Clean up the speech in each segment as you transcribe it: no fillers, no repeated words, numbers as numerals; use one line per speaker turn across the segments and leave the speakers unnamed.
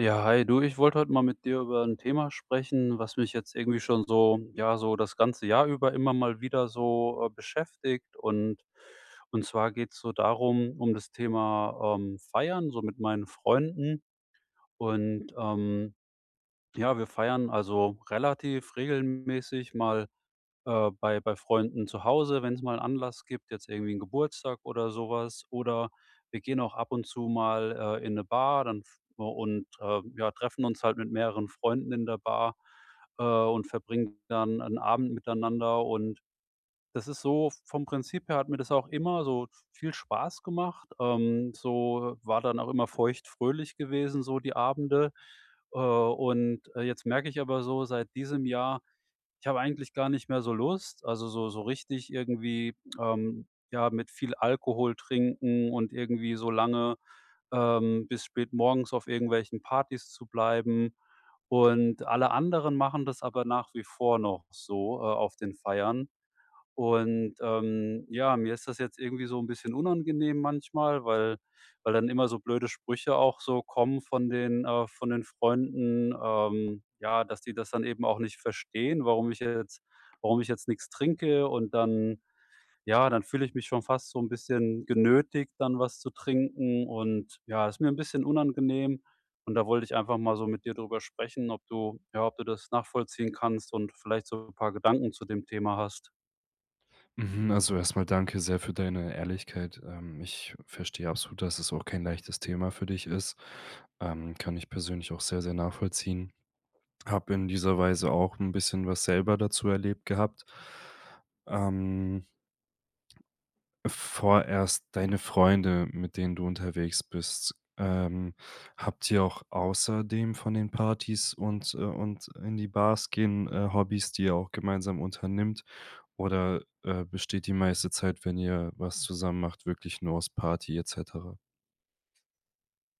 Ja, hi, du, ich wollte heute mal mit dir über ein Thema sprechen, was mich jetzt irgendwie schon so ja, so das ganze Jahr über immer mal wieder so, beschäftigt. Und zwar geht's so darum um das Thema, Feiern, so mit meinen Freunden. Und, ja, wir feiern also relativ regelmäßig mal bei Freunden zu Hause, wenn es mal einen Anlass gibt, jetzt irgendwie 'n Geburtstag oder sowas. Oder wir gehen auch ab und zu mal, in eine Bar dann f und, ja, treffen uns halt mit mehreren Freunden in der Bar, und verbringen dann einen Abend miteinander. Und das ist so vom Prinzip her, hat mir das auch immer so viel Spaß gemacht. So war dann auch immer feuchtfröhlich gewesen, so die Abende. Jetzt merke ich aber so seit diesem Jahr, ich habe eigentlich gar nicht mehr so Lust, also so richtig irgendwie, ja, mit viel Alkohol trinken und irgendwie so lange, bis spät morgens auf irgendwelchen Partys zu bleiben. Und alle anderen machen das aber nach wie vor noch so, auf den Feiern. Und, ja, mir ist das jetzt irgendwie so ein bisschen unangenehm manchmal, weil dann immer so blöde Sprüche auch so kommen von den Freunden, ja, dass die das dann eben auch nicht verstehen, warum ich jetzt nichts trinke. Und dann ja, dann fühle ich mich schon fast so ein bisschen genötigt, dann was zu trinken, und ja, ist mir ein bisschen unangenehm, und da wollte ich einfach mal so mit dir drüber sprechen, ob du, ja, ob du das nachvollziehen kannst und vielleicht so ein paar Gedanken zu dem Thema hast.
Mhm, also erstmal danke sehr für deine Ehrlichkeit. Ich verstehe absolut, dass es auch kein leichtes Thema für dich ist. Kann ich persönlich auch sehr, sehr nachvollziehen. Habe in dieser Weise auch ein bisschen was selber dazu erlebt gehabt. Ähm, Vorerst deine Freunde, mit denen du unterwegs bist, habt ihr auch außerdem von den Partys und in die Bars gehen, Hobbys, die ihr auch gemeinsam unternimmt? Oder, besteht die meiste Zeit, wenn ihr was zusammen macht, wirklich nur aus Party et cetera?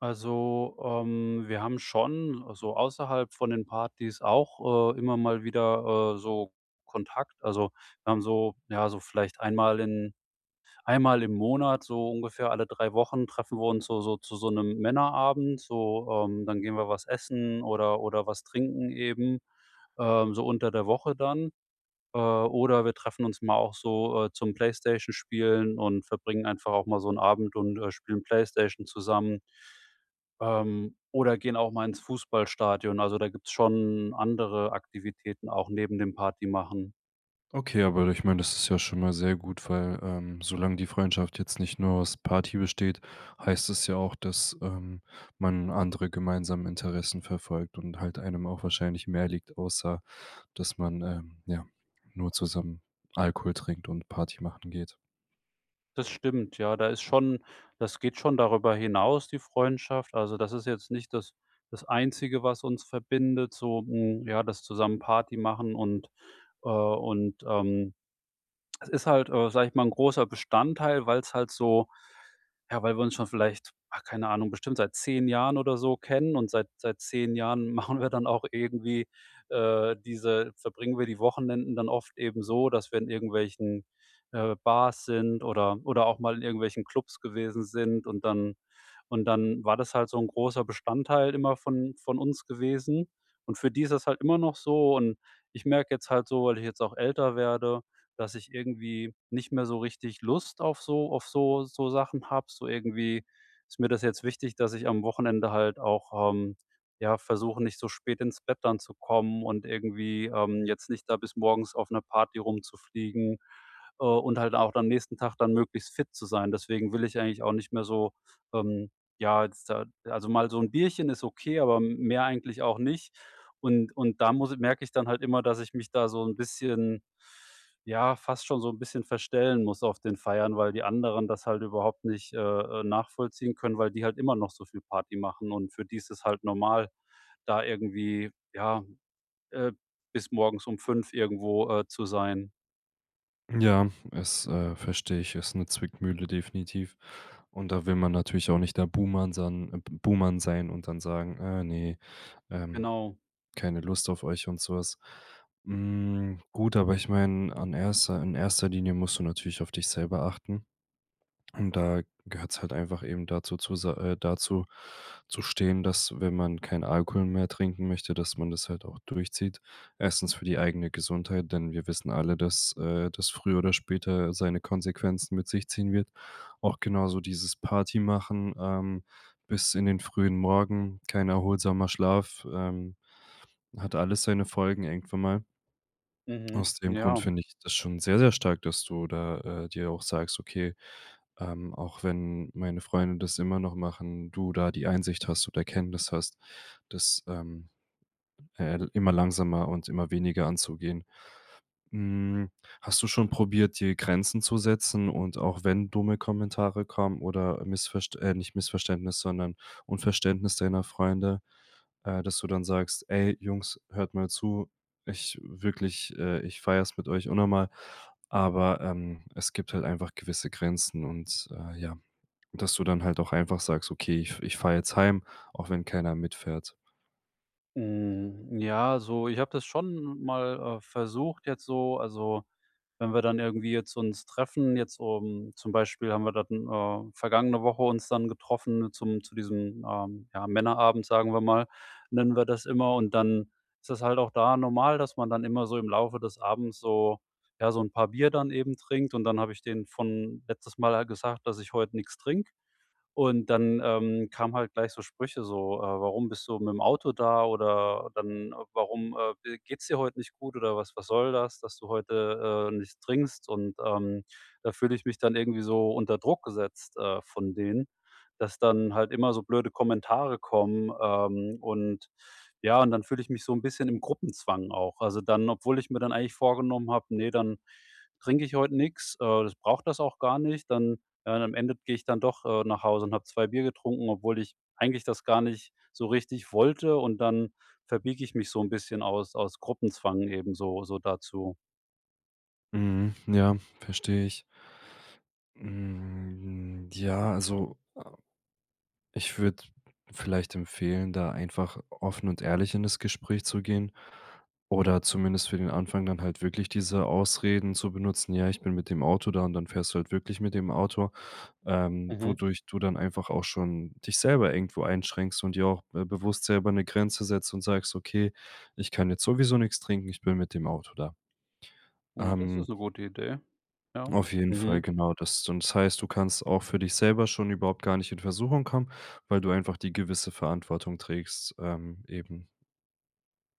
Also, wir haben schon so außerhalb von den Partys auch, immer mal wieder, so Kontakt. Also, wir haben so, ja, so vielleicht einmal im Monat, so ungefähr alle 3 Wochen, treffen wir uns so zu so einem Männerabend, so, dann gehen wir was essen oder was trinken eben, so unter der Woche dann. Oder wir treffen uns mal auch so, zum Playstation Spielen, und verbringen einfach auch mal so 'n Abend und, spielen Playstation zusammen. Oder gehen auch mal ins Fußballstadion. Also, da gibt's schon andere Aktivitäten auch neben dem Partymachen.
Okay, aber ich meine, das ist ja schon mal sehr gut, weil, solange die Freundschaft jetzt nicht nur aus Party besteht, heißt es ja auch, dass, man andere gemeinsame Interessen verfolgt und halt einem auch wahrscheinlich mehr liegt, außer dass man, ja, nur zusammen Alkohol trinkt und Party machen geht.
Das stimmt, ja. Da ist schon, das geht schon darüber hinaus, die Freundschaft. Also, das ist jetzt nicht das Einzige, was uns verbindet, so, hm, ja, das zusammen Party machen, und, äh und, ähm es ist halt, sage ich mal, ein großer Bestandteil, weil es halt so, ja, weil wir uns schon vielleicht, ah, keine Ahnung, bestimmt seit 10 Jahren oder so kennen, und seit 10 Jahren machen wir dann auch irgendwie, diese verbringen wir die Wochenenden dann oft eben so, dass wir in irgendwelchen, Bars sind oder auch mal in irgendwelchen Clubs gewesen sind, und dann war das halt so ein großer Bestandteil immer von uns gewesen. Und für die ist das halt immer noch so, und ich merke jetzt halt so, weil ich jetzt auch älter werde, dass ich irgendwie nicht mehr so richtig Lust auf so Sachen habe. So irgendwie ist mir das jetzt wichtig, dass ich am Wochenende halt auch, ja, versuche, nicht so spät ins Bett dann zu kommen, und irgendwie, jetzt nicht da bis morgens auf einer Party rumzufliegen, und halt auch am nächsten Tag dann möglichst fit zu sein. Deswegen will ich eigentlich auch nicht mehr so, ähm, ja, jetzt da, also, mal so ein Bierchen ist okay, aber mehr eigentlich auch nicht. Und da muss merke ich dann halt immer, dass ich mich da so ein bisschen, ja, fast schon so ein bisschen verstellen muss auf den Feiern, weil die anderen das halt überhaupt nicht, nachvollziehen können, weil die halt immer noch so viel Party machen, und für die ist es halt normal, da irgendwie, ja, äh, bis morgens um 5 irgendwo, zu sein.
Ja, es, verstehe ich, ist eine Zwickmühle definitiv. Und da will man natürlich auch nicht der Buhmann sein und dann sagen: „Ah ne, ähm,
Genau.
keine Lust auf euch“ und so was. Hm, gut, aber ich meine, an erster in erster Linie musst du natürlich auf dich selber achten. Und da gehört es halt einfach eben dazu zu stehen, dass, wenn man keinen Alkohol mehr trinken möchte, dass man das halt auch durchzieht. Erstens für die eigene Gesundheit, denn wir wissen alle, dass, das früher oder später seine Konsequenzen mit sich ziehen wird. Auch genauso dieses Party machen, bis in den frühen Morgen, kein erholsamer Schlaf, hat alles seine Folgen irgendwann mal.
Mhm.
Aus dem Grund
Ja.
finde ich das schon sehr, sehr stark, dass du da, dir auch sagst: „Okay, auch wenn meine Freunde das immer noch machen, du da die Einsicht hast und Erkenntnis hast, das, immer langsamer und immer weniger anzugehen.“ Hm, hast du schon probiert, dir Grenzen zu setzen und auch wenn dumme Kommentare kommen oder Missverst nicht Missverständnis, sondern Unverständnis deiner Freunde, dass du dann sagst: „Ey, Jungs, hört mal zu. Ich wirklich, ich feier's mit euch unnormal, aber, es gibt halt einfach gewisse Grenzen“ und, ja, dass du dann halt auch einfach sagst: „Okay, ich fahre jetzt heim, auch wenn keiner mitfährt.“
Ich habe das schon mal, versucht jetzt, so, also wenn wir dann irgendwie jetzt uns treffen, jetzt, um zum Beispiel, haben wir dann, vergangene Woche uns dann getroffen zum zu diesem, ja, Männerabend, sagen wir mal, nennen wir das immer. Und dann ist das halt auch da normal, dass man dann immer so im Laufe des Abends so, ja, so ein paar Bier dann eben trinkt. Und dann habe ich denen von letztes Mal halt gesagt, dass ich heute nichts trinke. Und dann, kamen halt gleich so Sprüche so, „Warum bist du mit dem Auto da?“ Oder dann: „Warum, geht's dir heute nicht gut, oder was soll das, dass du heute, nichts trinkst?“ Und, da fühle ich mich dann irgendwie so unter Druck gesetzt, von denen, dass dann halt immer so blöde Kommentare kommen, und ja, und dann fühle ich mich so ein bisschen im Gruppenzwang auch. Also, dann, obwohl ich mir dann eigentlich vorgenommen habe: „Nee, dann trinke ich heute nichts, das braucht das auch gar nicht.“ Dann ja, und am Ende gehe ich dann doch, nach Hause, und habe 2 Bier getrunken, obwohl ich eigentlich das gar nicht so richtig wollte, und dann verbiege ich mich so ein bisschen aus Gruppenzwang eben so dazu.
Mhm, ja, verstehe ich. Hm, ja, ich würde vielleicht empfehlen, da einfach offen und ehrlich in das Gespräch zu gehen oder zumindest für den Anfang dann halt wirklich diese Ausreden zu benutzen: „Ja, ich bin mit dem Auto da“, und dann fährst du halt wirklich mit dem Auto,
Mhm.
wodurch du dann einfach auch schon dich selber irgendwo einschränkst und dir auch be bewusst selber eine Grenze setzt und sagst: „Okay, ich kann jetzt sowieso nichts trinken, ich bin mit dem Auto da.“
Na, das
Ähm
ist eine gute Idee. Ja.
auf jeden Fall,
Mhm.
genau. Das heißt, du kannst auch für dich selber schon überhaupt gar nicht in Versuchung kommen, weil du einfach die gewisse Verantwortung trägst, eben,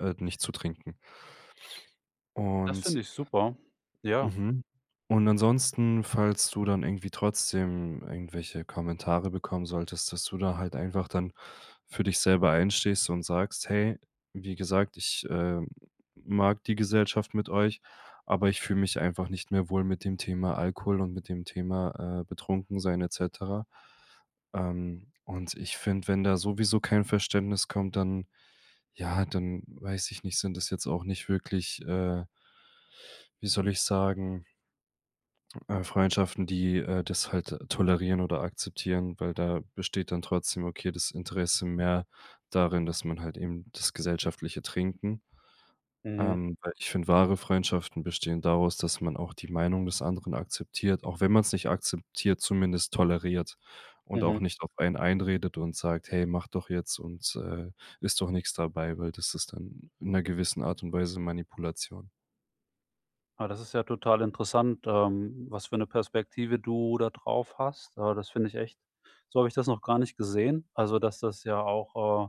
nicht zu trinken.
Das
Und
finde ich super. Ja.
Mhm. Und ansonsten, falls du dann irgendwie trotzdem irgendwelche Kommentare bekommen solltest, dass du da halt einfach dann für dich selber einstehst und sagst: „Hey, wie gesagt, ich, mag die Gesellschaft mit euch, aber ich fühle mich einfach nicht mehr wohl mit dem Thema Alkohol und mit dem Thema, betrunken sein et cetera.“ Und ich finde, wenn da sowieso kein Verständnis kommt, dann ja, dann weiß ich nicht, sind das jetzt auch nicht wirklich, wie soll ich sagen, Freundschaften, die, das halt tolerieren oder akzeptieren, weil da besteht dann trotzdem, okay, das Interesse mehr darin, dass man halt eben das gesellschaftliche Trinken,
Mhm.
weil ich finde, wahre Freundschaften bestehen daraus, dass man auch die Meinung des anderen akzeptiert, auch wenn man es nicht akzeptiert, zumindest toleriert und auch
Mhm.
nicht auf einen einredet und sagt: „Hey, mach doch jetzt und, ist doch nichts dabei“, weil das ist dann in einer gewissen Art und Weise Manipulation.
Ah, das ist ja total interessant, was für eine Perspektive du da drauf hast. Das finde ich echt, so habe ich das noch gar nicht gesehen. Also, dass das ja auch,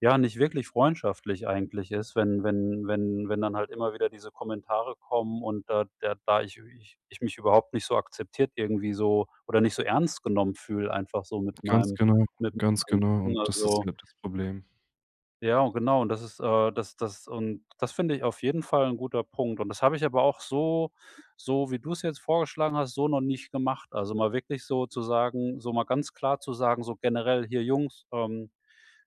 ja, nicht wirklich freundschaftlich eigentlich ist, wenn wenn dann halt immer wieder diese Kommentare kommen, und da ich mich überhaupt nicht so akzeptiert irgendwie, so oder nicht so ernst genommen fühle einfach, so
Ganz genau,
mit
ganz
meinem
genau, und
Anliegen.
das ist
Also,
ja das Problem.
ja, und genau, und das ist, das finde ich auf jeden Fall ein guter Punkt. Und das habe ich aber auch so, so wie du es jetzt vorgeschlagen hast, so noch nicht gemacht. Also, mal wirklich so zu sagen, so mal ganz klar zu sagen, so generell: „Hier Jungs,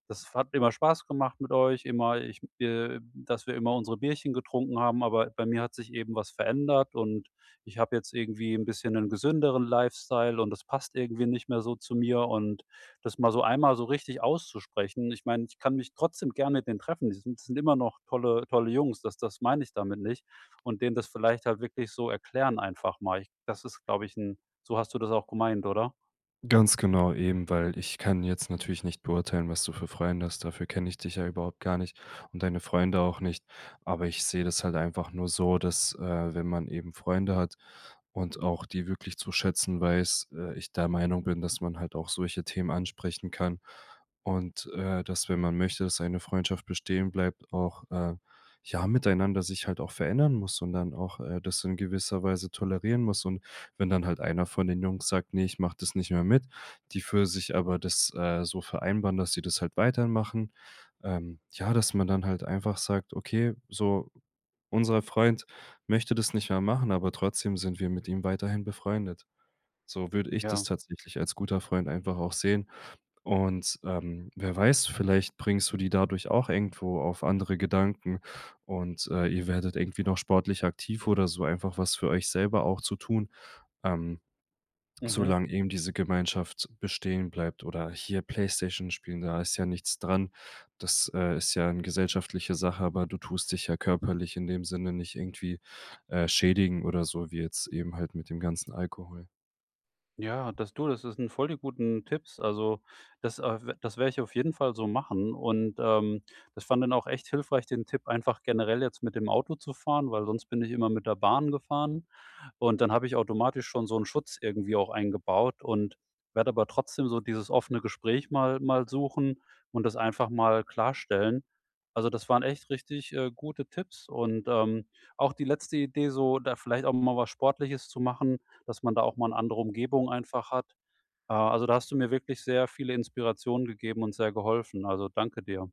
das hat immer Spaß gemacht mit euch, immer ich dass wir immer unsere Bierchen getrunken haben, aber bei mir hat sich eben was verändert, und ich habe jetzt irgendwie ein bisschen einen gesünderen Lifestyle, und das passt irgendwie nicht mehr so zu mir und“, das mal so einmal so richtig auszusprechen. Ich meine, ich kann mich trotzdem gerne mit denen treffen. Die sind immer noch tolle Jungs, das meine ich damit nicht. Und denen das vielleicht halt wirklich so erklären, einfach mal. Ich, das ist, glaube ich, ein. So hast du das auch gemeint, oder?
Ganz genau, eben, weil ich kann jetzt natürlich nicht beurteilen, was du für Freunde hast. Dafür kenne ich dich ja überhaupt gar nicht und deine Freunde auch nicht. Aber ich sehe das halt einfach nur so, dass, wenn man eben Freunde hat und auch die wirklich zu schätzen weiß, ich der Meinung bin, dass man halt auch solche Themen ansprechen kann und, dass, wenn man möchte, dass eine Freundschaft bestehen bleibt, auch, ja, miteinander sich halt auch verändern muss und dann auch, das in gewisser Weise tolerieren muss und wenn dann halt einer von den Jungs sagt: „Nee, ich mache das nicht mehr mit“, die für sich aber das, so vereinbaren, dass sie das halt weitermachen. Ja, dass man dann halt einfach sagt: „Okay, so unser Freund möchte das nicht mehr machen, aber trotzdem sind wir mit ihm weiterhin befreundet.“ So würde ich das
Ja.
tatsächlich als guter Freund einfach auch sehen. Und, wer weiß, vielleicht bringst du die dadurch auch irgendwo auf andere Gedanken und, ihr werdet irgendwie noch sportlich aktiv oder so, einfach was für euch selber auch zu tun. Ähm,
Mhm.
Solange eben diese Gemeinschaft bestehen bleibt oder hier Playstation spielen, da ist ja nichts dran. Das, ist ja eine gesellschaftliche Sache, aber du tust dich ja körperlich in dem Sinne nicht irgendwie, schädigen oder so wie jetzt eben halt mit dem ganzen Alkohol.
Ja, das du, das ist ein voll die guten Tipps. Also, das, w das werde ich auf jeden Fall so machen, und, das fand dann auch echt hilfreich, den Tipp einfach generell jetzt mit dem Auto zu fahren, weil sonst bin ich immer mit der Bahn gefahren, und dann habe ich automatisch schon so einen Schutz irgendwie auch eingebaut, und werde aber trotzdem so dieses offene Gespräch mal suchen und das einfach mal klarstellen. Also, das waren echt richtig, gute Tipps, und, auch die letzte Idee so, da vielleicht auch mal was Sportliches zu machen, dass man da auch mal eine andere Umgebung einfach hat. Also, da hast du mir wirklich sehr viele Inspirationen gegeben und sehr geholfen. Also, danke dir.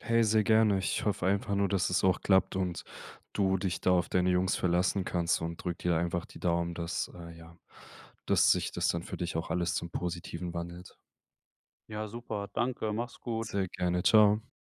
Hey, sehr gerne. Ich hoffe einfach nur, dass es auch klappt und du dich da auf deine Jungs verlassen kannst und drück dir einfach die Daumen, dass, ja, dass sich das dann für dich auch alles zum Positiven wandelt.
Ja, super. Danke, mach's gut.
Sehr gerne. Ciao.